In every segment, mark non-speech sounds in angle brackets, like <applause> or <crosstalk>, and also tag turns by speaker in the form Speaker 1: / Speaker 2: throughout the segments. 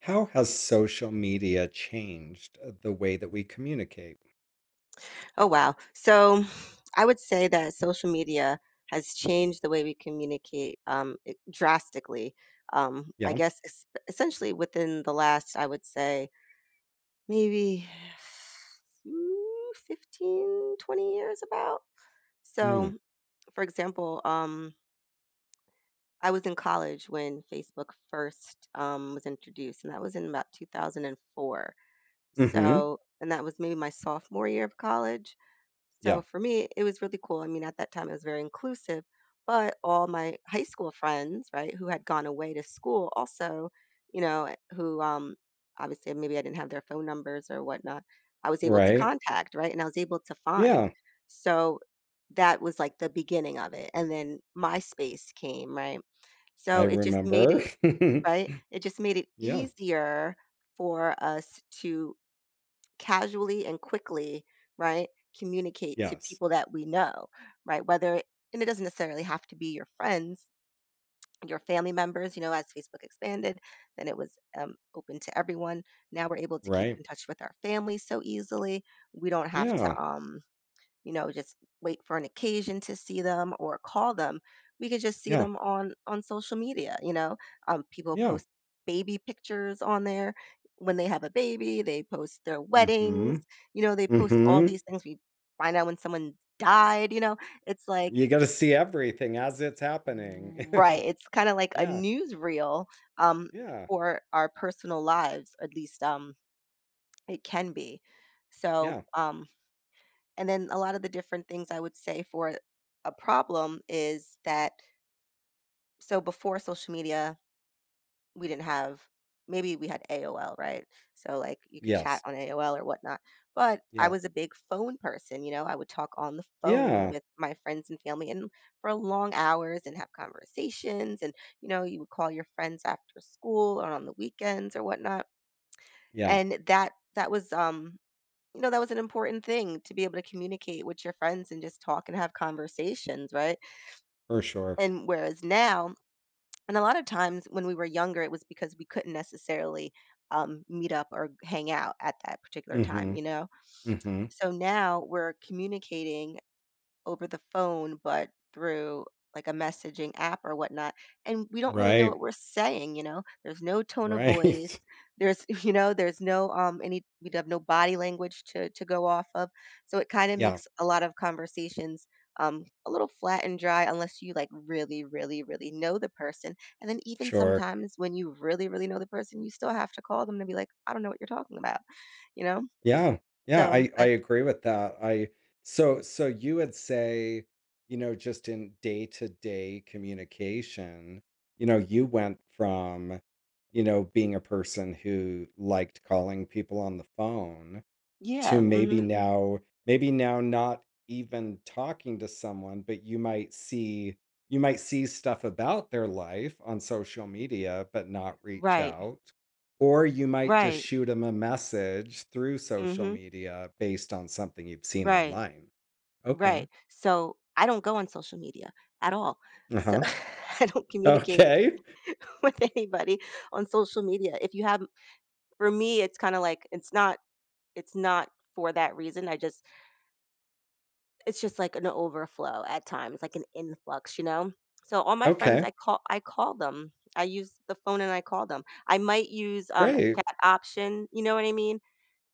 Speaker 1: How has social media changed the way that we communicate?
Speaker 2: Oh, wow. So I would say that social media has changed the way we communicate drastically. I
Speaker 1: Yeah.
Speaker 2: guess essentially within the last, I would say, maybe ooh, 15, 20 years about.
Speaker 1: Mm.
Speaker 2: So, for example, I was in college when Facebook first was introduced, and that was in about 2004.
Speaker 1: Mhm.
Speaker 2: So, and that was maybe my sophomore year of college. So
Speaker 1: Yeah.
Speaker 2: for me, it was really cool. I mean, at that time, it was very inclusive, but all my high school friends, right, who had gone away to school also, you know, eh, who obviously maybe I didn't have their phone numbers or whatnot, I was able to
Speaker 1: Right.
Speaker 2: contact, right, and I was able to find.
Speaker 1: Yeah.
Speaker 2: So that was like the beginning of it. And then MySpace came, right?
Speaker 1: I
Speaker 2: So it just made
Speaker 1: remember.
Speaker 2: right?
Speaker 1: <laughs>
Speaker 2: It just made it
Speaker 1: Yeah.
Speaker 2: easier for us to casually and quickly, right, communicate to
Speaker 1: Yes.
Speaker 2: people that we know, right? Whether and it doesn't necessarily have to be your friends, your family members. You know, as Facebook expanded, then it was open to everyone. Now we're able to keep
Speaker 1: Right.
Speaker 2: in touch with our family so easily. We don't have
Speaker 1: Yeah.
Speaker 2: to you know, just wait for an occasion to see them or call them. We could just see
Speaker 1: Yeah.
Speaker 2: them on social media, you know. People
Speaker 1: Yeah.
Speaker 2: post baby pictures on there when they have a baby, they post their weddings,
Speaker 1: Mhm.
Speaker 2: you know, they post all
Speaker 1: Mhm.
Speaker 2: these things. We find out when someone died, you know. It's like
Speaker 1: You got to see everything as it's happening.
Speaker 2: right, it's kind of
Speaker 1: <laughs>
Speaker 2: like a
Speaker 1: Yeah.
Speaker 2: newsreel um
Speaker 1: Yeah.
Speaker 2: for our personal lives, at least it can be. So,
Speaker 1: Yeah.
Speaker 2: um And then a lot of the different things I would say for a problem is that so before social media, we didn't have maybe we had AOL, right? So like you could chat
Speaker 1: Yes.
Speaker 2: on AOL or whatnot. But I
Speaker 1: Yeah.
Speaker 2: was a big phone person, you know, I would talk on the phone
Speaker 1: Yeah.
Speaker 2: with my friends and family and for long hours and have conversations. And, you know, you would call your friends after school or on the weekends or whatnot.
Speaker 1: Yeah.
Speaker 2: And that was you know, that was an important thing to be able to communicate with your friends and just talk and have conversations, right?
Speaker 1: For sure.
Speaker 2: And whereas now, and a lot of times when we were younger, it was because we couldn't necessarily meet up or hang out at that particular time,
Speaker 1: Mhm.
Speaker 2: you know?
Speaker 1: Mhm.
Speaker 2: So now we're communicating over the phone, but through like a messaging app or whatnot. And we don't really know what
Speaker 1: Right.
Speaker 2: we're saying, you know? There's no tone of voice.
Speaker 1: Right. <laughs>
Speaker 2: There's, <laughs> there's no any we have no body language to go off of. So it kind of
Speaker 1: Yeah.
Speaker 2: makes a lot of conversations a little flat and dry unless you like really, really, really know the person. And then even
Speaker 1: Sure.
Speaker 2: sometimes when you really, really know the person, you still have to call them to be like, I don't know what you're talking about, you know?
Speaker 1: Yeah. Yeah,
Speaker 2: So
Speaker 1: I
Speaker 2: I
Speaker 1: agree with that. I so so you would say, you know, just in day-to-day communication, you know, you went from, you know, being a person who liked calling people on the phone to
Speaker 2: yeah.
Speaker 1: maybe now not even talking to someone, but you might see stuff about their life on social media but not reach
Speaker 2: Right.
Speaker 1: out, or you might just
Speaker 2: Right.
Speaker 1: shoot them a message through social
Speaker 2: hmm
Speaker 1: media based on something you've seen
Speaker 2: Right,
Speaker 1: online. Okay.
Speaker 2: right. So I don't go on social media at all. So
Speaker 1: Uh-huh.
Speaker 2: <laughs> I don't communicate with
Speaker 1: Okay.
Speaker 2: <laughs> with anybody on social media. If you have, for me, it's kind of like it's not for that reason. I just it's just like an overflow at times, like an influx, you know. So all my friends,
Speaker 1: Okay.
Speaker 2: I call them. I use the phone and I call them. I might use a
Speaker 1: Great.
Speaker 2: chat option. You know what I mean?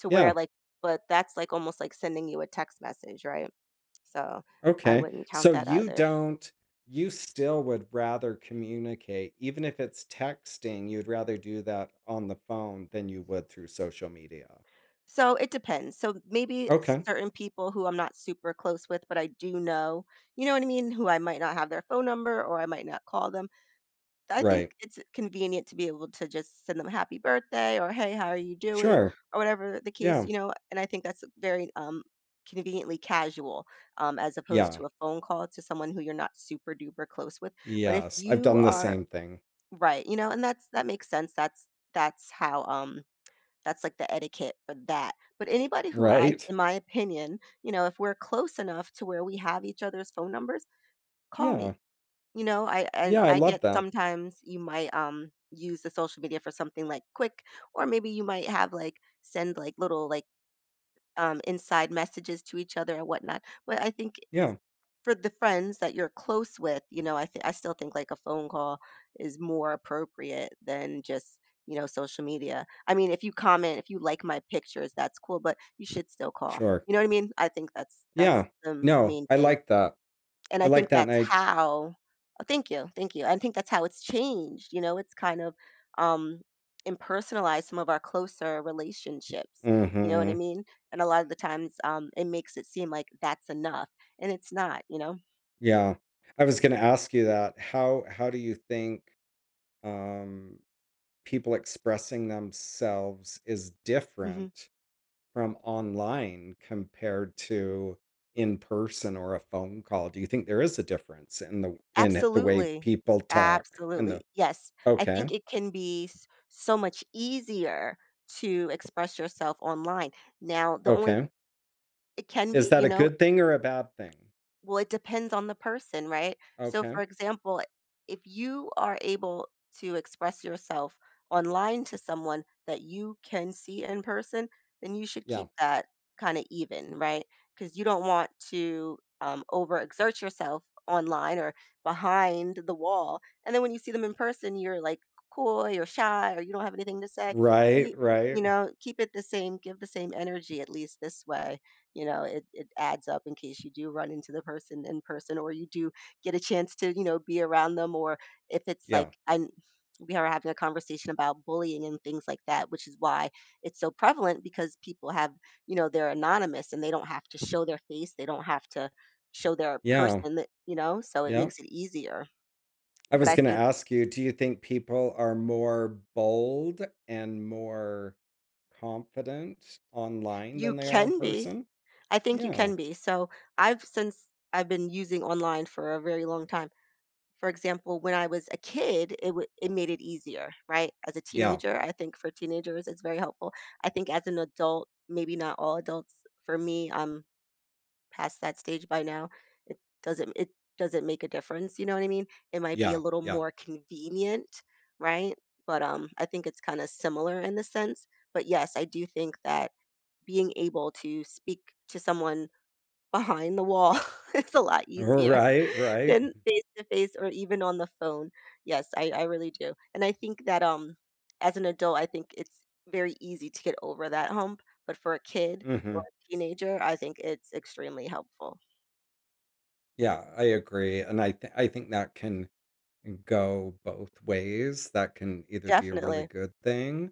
Speaker 2: To where
Speaker 1: Yeah.
Speaker 2: like but that's like almost like sending you a text message, right? So I
Speaker 1: Okay.
Speaker 2: wouldn't count
Speaker 1: So
Speaker 2: that
Speaker 1: you
Speaker 2: either.
Speaker 1: don't You still would rather communicate, even if it's texting, you'd rather do that on the phone than you would through social media.
Speaker 2: So it depends. So maybe
Speaker 1: Okay.
Speaker 2: certain people who I'm not super close with, but I do know, you know what I mean, who I might not have their phone number or I might not call them. I think
Speaker 1: Right.
Speaker 2: it's convenient to be able to just send them happy birthday or hey, how are you doing
Speaker 1: Sure.
Speaker 2: or whatever the case,
Speaker 1: Yeah.
Speaker 2: you know, and I think that's very conveniently casual as opposed
Speaker 1: Yeah.
Speaker 2: to a phone call to someone who you're not super duper close with but if
Speaker 1: Yes. I've
Speaker 2: you
Speaker 1: done the
Speaker 2: are
Speaker 1: same thing.
Speaker 2: Right, you know, and that makes sense. That's how that's like the etiquette for that. But anybody who I
Speaker 1: Right?
Speaker 2: in my opinion, you know, if we're close enough to where we have each other's phone numbers, call
Speaker 1: Yeah.
Speaker 2: me.
Speaker 1: Yeah, I
Speaker 2: I
Speaker 1: love
Speaker 2: get
Speaker 1: that.
Speaker 2: sometimes you might use the social media for something like quick or maybe you might have like send like little like inside messages to each other and whatnot. But I think
Speaker 1: Yeah.
Speaker 2: for the friends that you're close with, you know, I still think like a phone call is more appropriate than just you know social media. I mean, if you comment, if you like my pictures, that's cool, but you should still call.
Speaker 1: Sure.
Speaker 2: You know what I mean? I think that's
Speaker 1: Yeah.
Speaker 2: the
Speaker 1: No,
Speaker 2: main
Speaker 1: I
Speaker 2: thing,
Speaker 1: like that.
Speaker 2: and
Speaker 1: I
Speaker 2: I
Speaker 1: like
Speaker 2: think
Speaker 1: that and
Speaker 2: that's
Speaker 1: I
Speaker 2: how. Oh, thank you, thank you. I think that's how it's changed. You know, it's kind of um impersonalized some of our closer relationships. You know what I
Speaker 1: Mhm.
Speaker 2: mean? And a lot of the times, it makes it seem like that's enough, and it's not. You know.
Speaker 1: Yeah. I was going to ask you that. How do you think, um, people expressing themselves is
Speaker 2: Mhm.
Speaker 1: different from online compared to in person or a phone call? Do you think there is a difference in the way
Speaker 2: Absolutely.
Speaker 1: people talk and
Speaker 2: Absolutely.
Speaker 1: the
Speaker 2: Yes. I think
Speaker 1: okay,
Speaker 2: it can be so much easier to express yourself online. Now, the only
Speaker 1: okay.
Speaker 2: it can be,
Speaker 1: Is that
Speaker 2: you
Speaker 1: a
Speaker 2: know,
Speaker 1: good thing or a bad thing?
Speaker 2: well, it depends on the person, right? So, for
Speaker 1: Okay.
Speaker 2: example, if you are able to express yourself online to someone that you can see in person, then you should
Speaker 1: Yeah.
Speaker 2: keep that kind of even, right? Because you don't want to overexert yourself online or behind the wall. And then when you see them in person, you're like coy or shy or you don't have anything to say. You,
Speaker 1: Right,
Speaker 2: you
Speaker 1: right.
Speaker 2: know, keep it the same, give the same energy at least this way you know it adds up in case you do run into the person in person or you do get a chance to you know be around them or if it's like
Speaker 1: Yeah.
Speaker 2: I we are having a conversation about bullying and things like that which is why it's so prevalent because people have you know they're anonymous and they don't have to show their face they don't have to show their
Speaker 1: Yeah.
Speaker 2: person that you know so it
Speaker 1: Yeah.
Speaker 2: makes it easier
Speaker 1: I
Speaker 2: but
Speaker 1: was
Speaker 2: I
Speaker 1: going to
Speaker 2: think
Speaker 1: ask you, do you think people are more bold and more confident online
Speaker 2: you
Speaker 1: than they are in
Speaker 2: can be
Speaker 1: person?
Speaker 2: I think you
Speaker 1: Yeah.
Speaker 2: can be so i've since I've been using online for a very long time. For example, when I was a kid, it made it easier, right? As a
Speaker 1: Yeah.
Speaker 2: teenager, I think for teenagers, it's very helpful. I think as an adult, maybe not all adults. For me, I'm past that stage by now. It doesn't make a difference. You know what I mean? It might be a
Speaker 1: Yeah.
Speaker 2: little
Speaker 1: Yeah.
Speaker 2: more convenient, right? But I think it's kind of similar in the sense. But yes, I do think that being able to speak to someone behind the wall <laughs> is a lot easier
Speaker 1: Right. Right.
Speaker 2: than face to face or even on the phone. Yes, I really do. And I think that as an adult, I think it's very easy to get over that hump. But for a kid or
Speaker 1: Hmm.
Speaker 2: a teenager, I think it's extremely helpful.
Speaker 1: Yeah. I agree. And I think that can go both ways. That can either be a really
Speaker 2: Definitely.
Speaker 1: good thing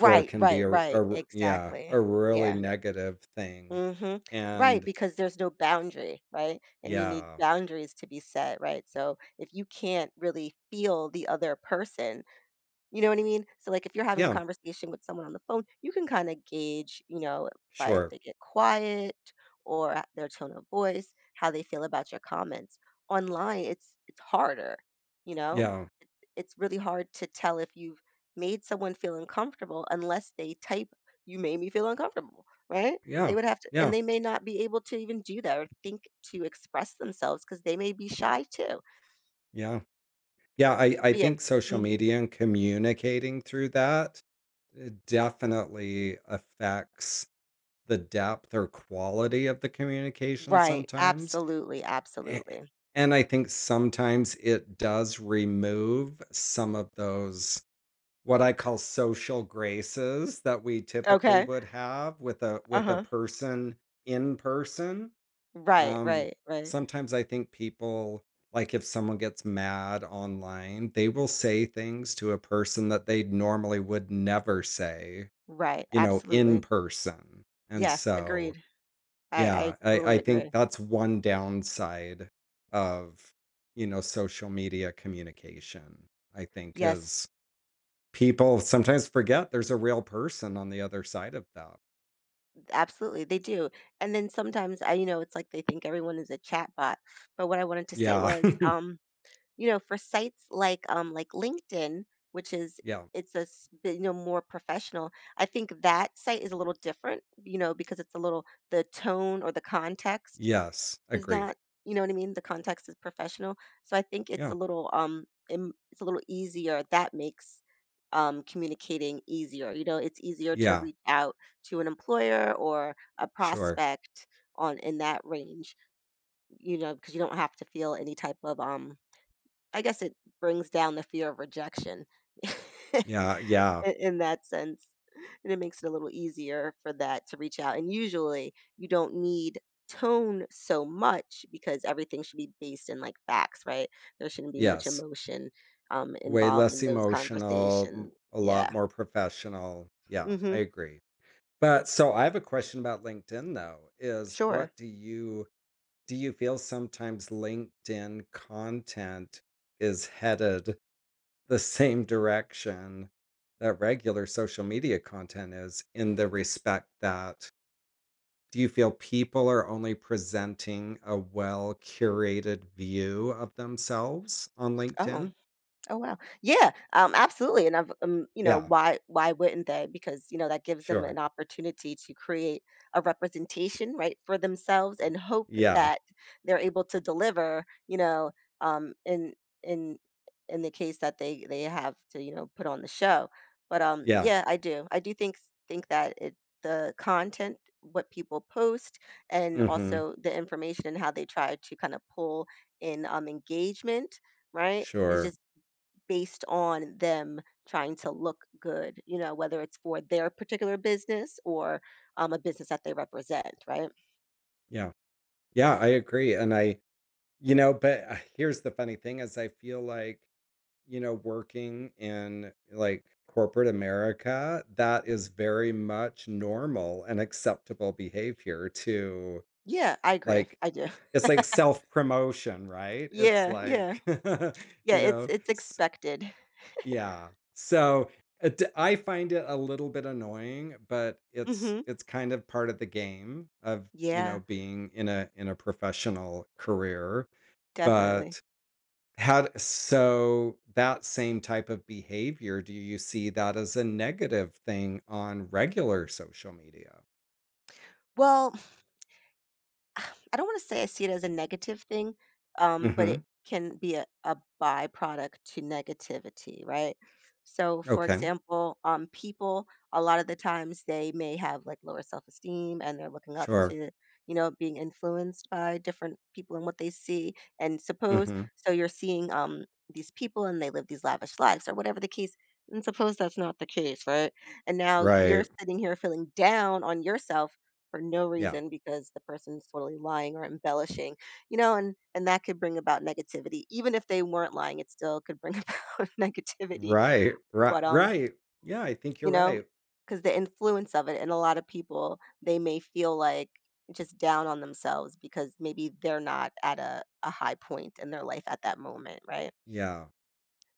Speaker 1: or can be
Speaker 2: right, right.
Speaker 1: yeah,
Speaker 2: Exactly.
Speaker 1: a really
Speaker 2: Yeah.
Speaker 1: negative thing.
Speaker 2: Mm-hmm. Right,
Speaker 1: And
Speaker 2: because there's no boundary, right? And you need
Speaker 1: yeah.
Speaker 2: boundaries to be set, right? So if you can't really feel the other person, you know what I mean? So, like, if you're having a
Speaker 1: Yeah.
Speaker 2: conversation with someone on the phone, you can kind of gauge, you know, by if
Speaker 1: Sure.
Speaker 2: they get quiet or their tone of voice, how they feel about your comments. Online, it's harder, you know?
Speaker 1: Yeah.
Speaker 2: It's really hard to tell if you've made someone feel uncomfortable unless they type, you made me feel uncomfortable, right? They
Speaker 1: Yeah.
Speaker 2: would have to, and
Speaker 1: Yeah.
Speaker 2: they may not be able to even do that or think to express themselves because they may be shy too.
Speaker 1: Yeah. Yeah. I
Speaker 2: But yeah.
Speaker 1: think social
Speaker 2: mm,
Speaker 1: media and communicating through that, definitely affects the depth or quality of the communication
Speaker 2: Right.
Speaker 1: sometimes.
Speaker 2: Absolutely.
Speaker 1: A-
Speaker 2: Absolutely.
Speaker 1: And I think sometimes it does remove some of those what I call social graces that we typically
Speaker 2: Okay.
Speaker 1: would have with a
Speaker 2: Uh-huh.
Speaker 1: person in person.
Speaker 2: Right,
Speaker 1: Um,
Speaker 2: right, right,
Speaker 1: sometimes I think people, like if someone gets mad online, they will say things to a person that they normally would never say,
Speaker 2: right,
Speaker 1: you know, in
Speaker 2: absolutely.
Speaker 1: person. And
Speaker 2: Yes,
Speaker 1: so
Speaker 2: agreed. I I
Speaker 1: yeah, I
Speaker 2: totally
Speaker 1: I
Speaker 2: agree.
Speaker 1: think that's one downside of, you know, social media communication, I think,
Speaker 2: Yes,
Speaker 1: is people sometimes forget there's a real person on the other side of that.
Speaker 2: absolutely, they do, and then sometimes I you know, it's like they think everyone is a chatbot, but what I wanted to say
Speaker 1: Yeah.
Speaker 2: was,
Speaker 1: <laughs>
Speaker 2: you know, for sites like LinkedIn, which is
Speaker 1: Yeah.
Speaker 2: it's a s bit, you know, more professional, I think that site is a little different, you know, because it's a little the tone or the context
Speaker 1: Yes,
Speaker 2: is
Speaker 1: agreed.
Speaker 2: not you know what I mean? The context is professional. So I think it's a
Speaker 1: Yeah.
Speaker 2: little it's a little easier. That makes communicating easier. You know, it's easier to
Speaker 1: Yeah,
Speaker 2: reach out to an employer or a
Speaker 1: sure.
Speaker 2: prospect on in that range, you know, because you don't have to feel any type of I guess it brings down the fear of rejection <laughs> I
Speaker 1: Yeah, yeah.
Speaker 2: in that sense, and it makes it a little easier for that to reach out, and usually, you don't need tone so much because everything should be based in, like, facts, right? There shouldn't be much
Speaker 1: Yes.
Speaker 2: emotion,
Speaker 1: Way
Speaker 2: involved
Speaker 1: less
Speaker 2: in those
Speaker 1: emotional,
Speaker 2: conversations.
Speaker 1: a
Speaker 2: Yeah.
Speaker 1: lot more professional. Yeah, I
Speaker 2: Mhm.
Speaker 1: agree. But so I have a question about LinkedIn though, is
Speaker 2: Sure.
Speaker 1: what do you do you feel sometimes LinkedIn content is headed <laughs> the same direction that regular social media content is, in the respect that do you feel people are only presenting a well curated view of themselves on
Speaker 2: Oh.
Speaker 1: LinkedIn?
Speaker 2: Oh, wow. Yeah, absolutely, and I've you know,
Speaker 1: Yeah,
Speaker 2: why wouldn't they? Because, you know, that gives them an
Speaker 1: sure.
Speaker 2: opportunity to create a representation, right, for themselves and hope
Speaker 1: Yeah,
Speaker 2: that they're able to deliver, you know, um, in in in the case that they have to, you know, put on the show. But
Speaker 1: yeah.
Speaker 2: yeah, I do. I do think that it the content, what people post, and
Speaker 1: Hmm.
Speaker 2: also the information and how they try to kind of pull in engagement, right, is
Speaker 1: Sure.
Speaker 2: just based on them trying to look good, you know, whether it's for their particular business or a business that they represent, right?
Speaker 1: Yeah. Yeah, I agree. And I, you know, but, here's the funny thing is I feel like, you know, working in like corporate America, that is very much normal and acceptable behavior to,
Speaker 2: Yeah, I agree.
Speaker 1: like,
Speaker 2: I do. <laughs>
Speaker 1: it's like self-promotion, right? It's
Speaker 2: Yeah, yeah.
Speaker 1: like, <laughs>
Speaker 2: Yeah,
Speaker 1: you
Speaker 2: it's
Speaker 1: know,
Speaker 2: it's expected.
Speaker 1: yeah. So it, I find it a little bit annoying, but it's
Speaker 2: Mhm.
Speaker 1: it's kind of part of the game of, you
Speaker 2: Yeah,
Speaker 1: know, being in a professional career.
Speaker 2: definitely.
Speaker 1: But how d so that same type of behavior, do you see that as a negative thing on regular social media?
Speaker 2: Well, <sighs> I don't want to say I see it as a negative thing, but it
Speaker 1: Mhm.
Speaker 2: can be a byproduct to negativity, right? So, for
Speaker 1: Okay.
Speaker 2: example, people a lot of the times they may have like lower self esteem and they're looking up
Speaker 1: Sure.
Speaker 2: to, you know, being influenced by different people and what they see. And suppose
Speaker 1: Mhm.
Speaker 2: so you're seeing these people and they live these lavish lives or whatever the case. And suppose that's not the case, right? And now you're
Speaker 1: Right.
Speaker 2: sitting here feeling down on yourself for no
Speaker 1: Yeah.
Speaker 2: reason because the person's totally lying or embellishing, you know, and that could bring about negativity. Even if they weren't lying, it still could bring <laughs> about negativity.
Speaker 1: Right. Right.
Speaker 2: But
Speaker 1: Right. Yeah, I think you're
Speaker 2: you know,
Speaker 1: right.
Speaker 2: because the influence of it, and a lot of people they may feel like just down on themselves because maybe they're not at a high point in their life at that moment, right?
Speaker 1: Yeah.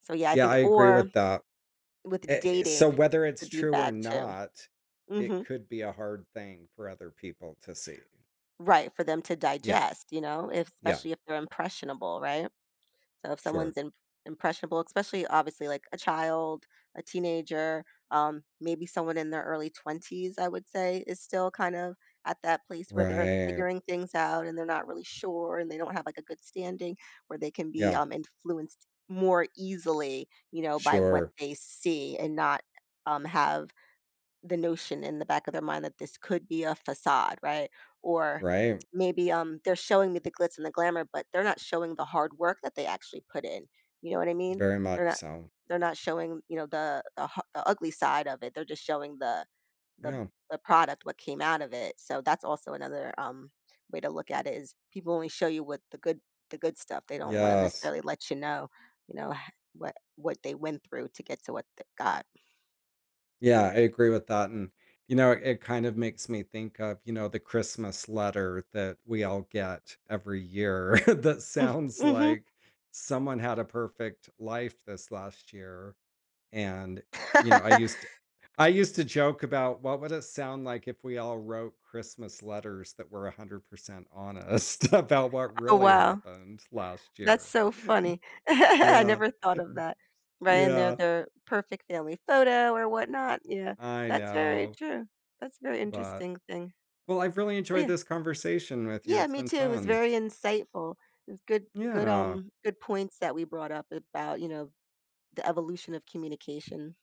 Speaker 2: So yeah, I
Speaker 1: Yeah,
Speaker 2: think
Speaker 1: I agree
Speaker 2: or
Speaker 1: with that.
Speaker 2: with
Speaker 1: Eh eh, so
Speaker 2: dating
Speaker 1: whether
Speaker 2: could
Speaker 1: it's
Speaker 2: be
Speaker 1: true or
Speaker 2: bad too.
Speaker 1: not,
Speaker 2: Hmm
Speaker 1: it could be a hard thing for other people to see.
Speaker 2: Right, for them to
Speaker 1: Yeah.
Speaker 2: digest, you know, if,
Speaker 1: Yeah.
Speaker 2: especially if they're impressionable, right? So if
Speaker 1: Sure.
Speaker 2: someone's im- impressionable, especially obviously like a child, a teenager, maybe someone in their early 20s, I would say, is still kind of at that place where they're
Speaker 1: Right.
Speaker 2: figuring things out and they're not really sure and they don't have like a good standing where they can be
Speaker 1: Yeah.
Speaker 2: influenced more easily, you know, by what
Speaker 1: Sure.
Speaker 2: they see and not have the notion in the back of their mind that this could be a facade, right? Or
Speaker 1: Right.
Speaker 2: maybe they're showing me the glitz and the glamour, but they're not showing the hard work that they actually put in. You know what I mean?
Speaker 1: Very
Speaker 2: They're
Speaker 1: much
Speaker 2: not
Speaker 1: so.
Speaker 2: they're not showing you know the ugly side of it. They're just showing the
Speaker 1: Yeah.
Speaker 2: the product what came out of it. So that's also another way to look at it is people only show you what the good stuff. They don't want to
Speaker 1: Yes.
Speaker 2: necessarily let you know, h- what they went through to get to what they got.
Speaker 1: Yeah, I agree with that, and, you know, it kind of makes me think of, you know, the Christmas letter that we all get every year <laughs> that sounds like
Speaker 2: <laughs>
Speaker 1: someone had a perfect life this last year, and, you know,
Speaker 2: mhm. <laughs>
Speaker 1: I used to joke about what would it sound like if we all wrote Christmas letters that were 100% honest <laughs> about what
Speaker 2: Oh,
Speaker 1: really
Speaker 2: wow.
Speaker 1: happened last
Speaker 2: That's
Speaker 1: year.
Speaker 2: so
Speaker 1: <laughs>
Speaker 2: funny. <laughs> I
Speaker 1: Yeah.
Speaker 2: never thought of that. Right, and they're
Speaker 1: Yeah,
Speaker 2: the perfect family photo or whatnot. Yeah,
Speaker 1: I
Speaker 2: that's very
Speaker 1: know,
Speaker 2: true. That's a very
Speaker 1: but
Speaker 2: interesting thing.
Speaker 1: well, I've really
Speaker 2: But
Speaker 1: enjoyed
Speaker 2: yeah,
Speaker 1: this conversation with you.
Speaker 2: yeah,
Speaker 1: It's
Speaker 2: me
Speaker 1: been
Speaker 2: too. It was
Speaker 1: fun.
Speaker 2: very insightful. It was
Speaker 1: Yeah.
Speaker 2: good points that we brought up about, you know, the evolution of communication.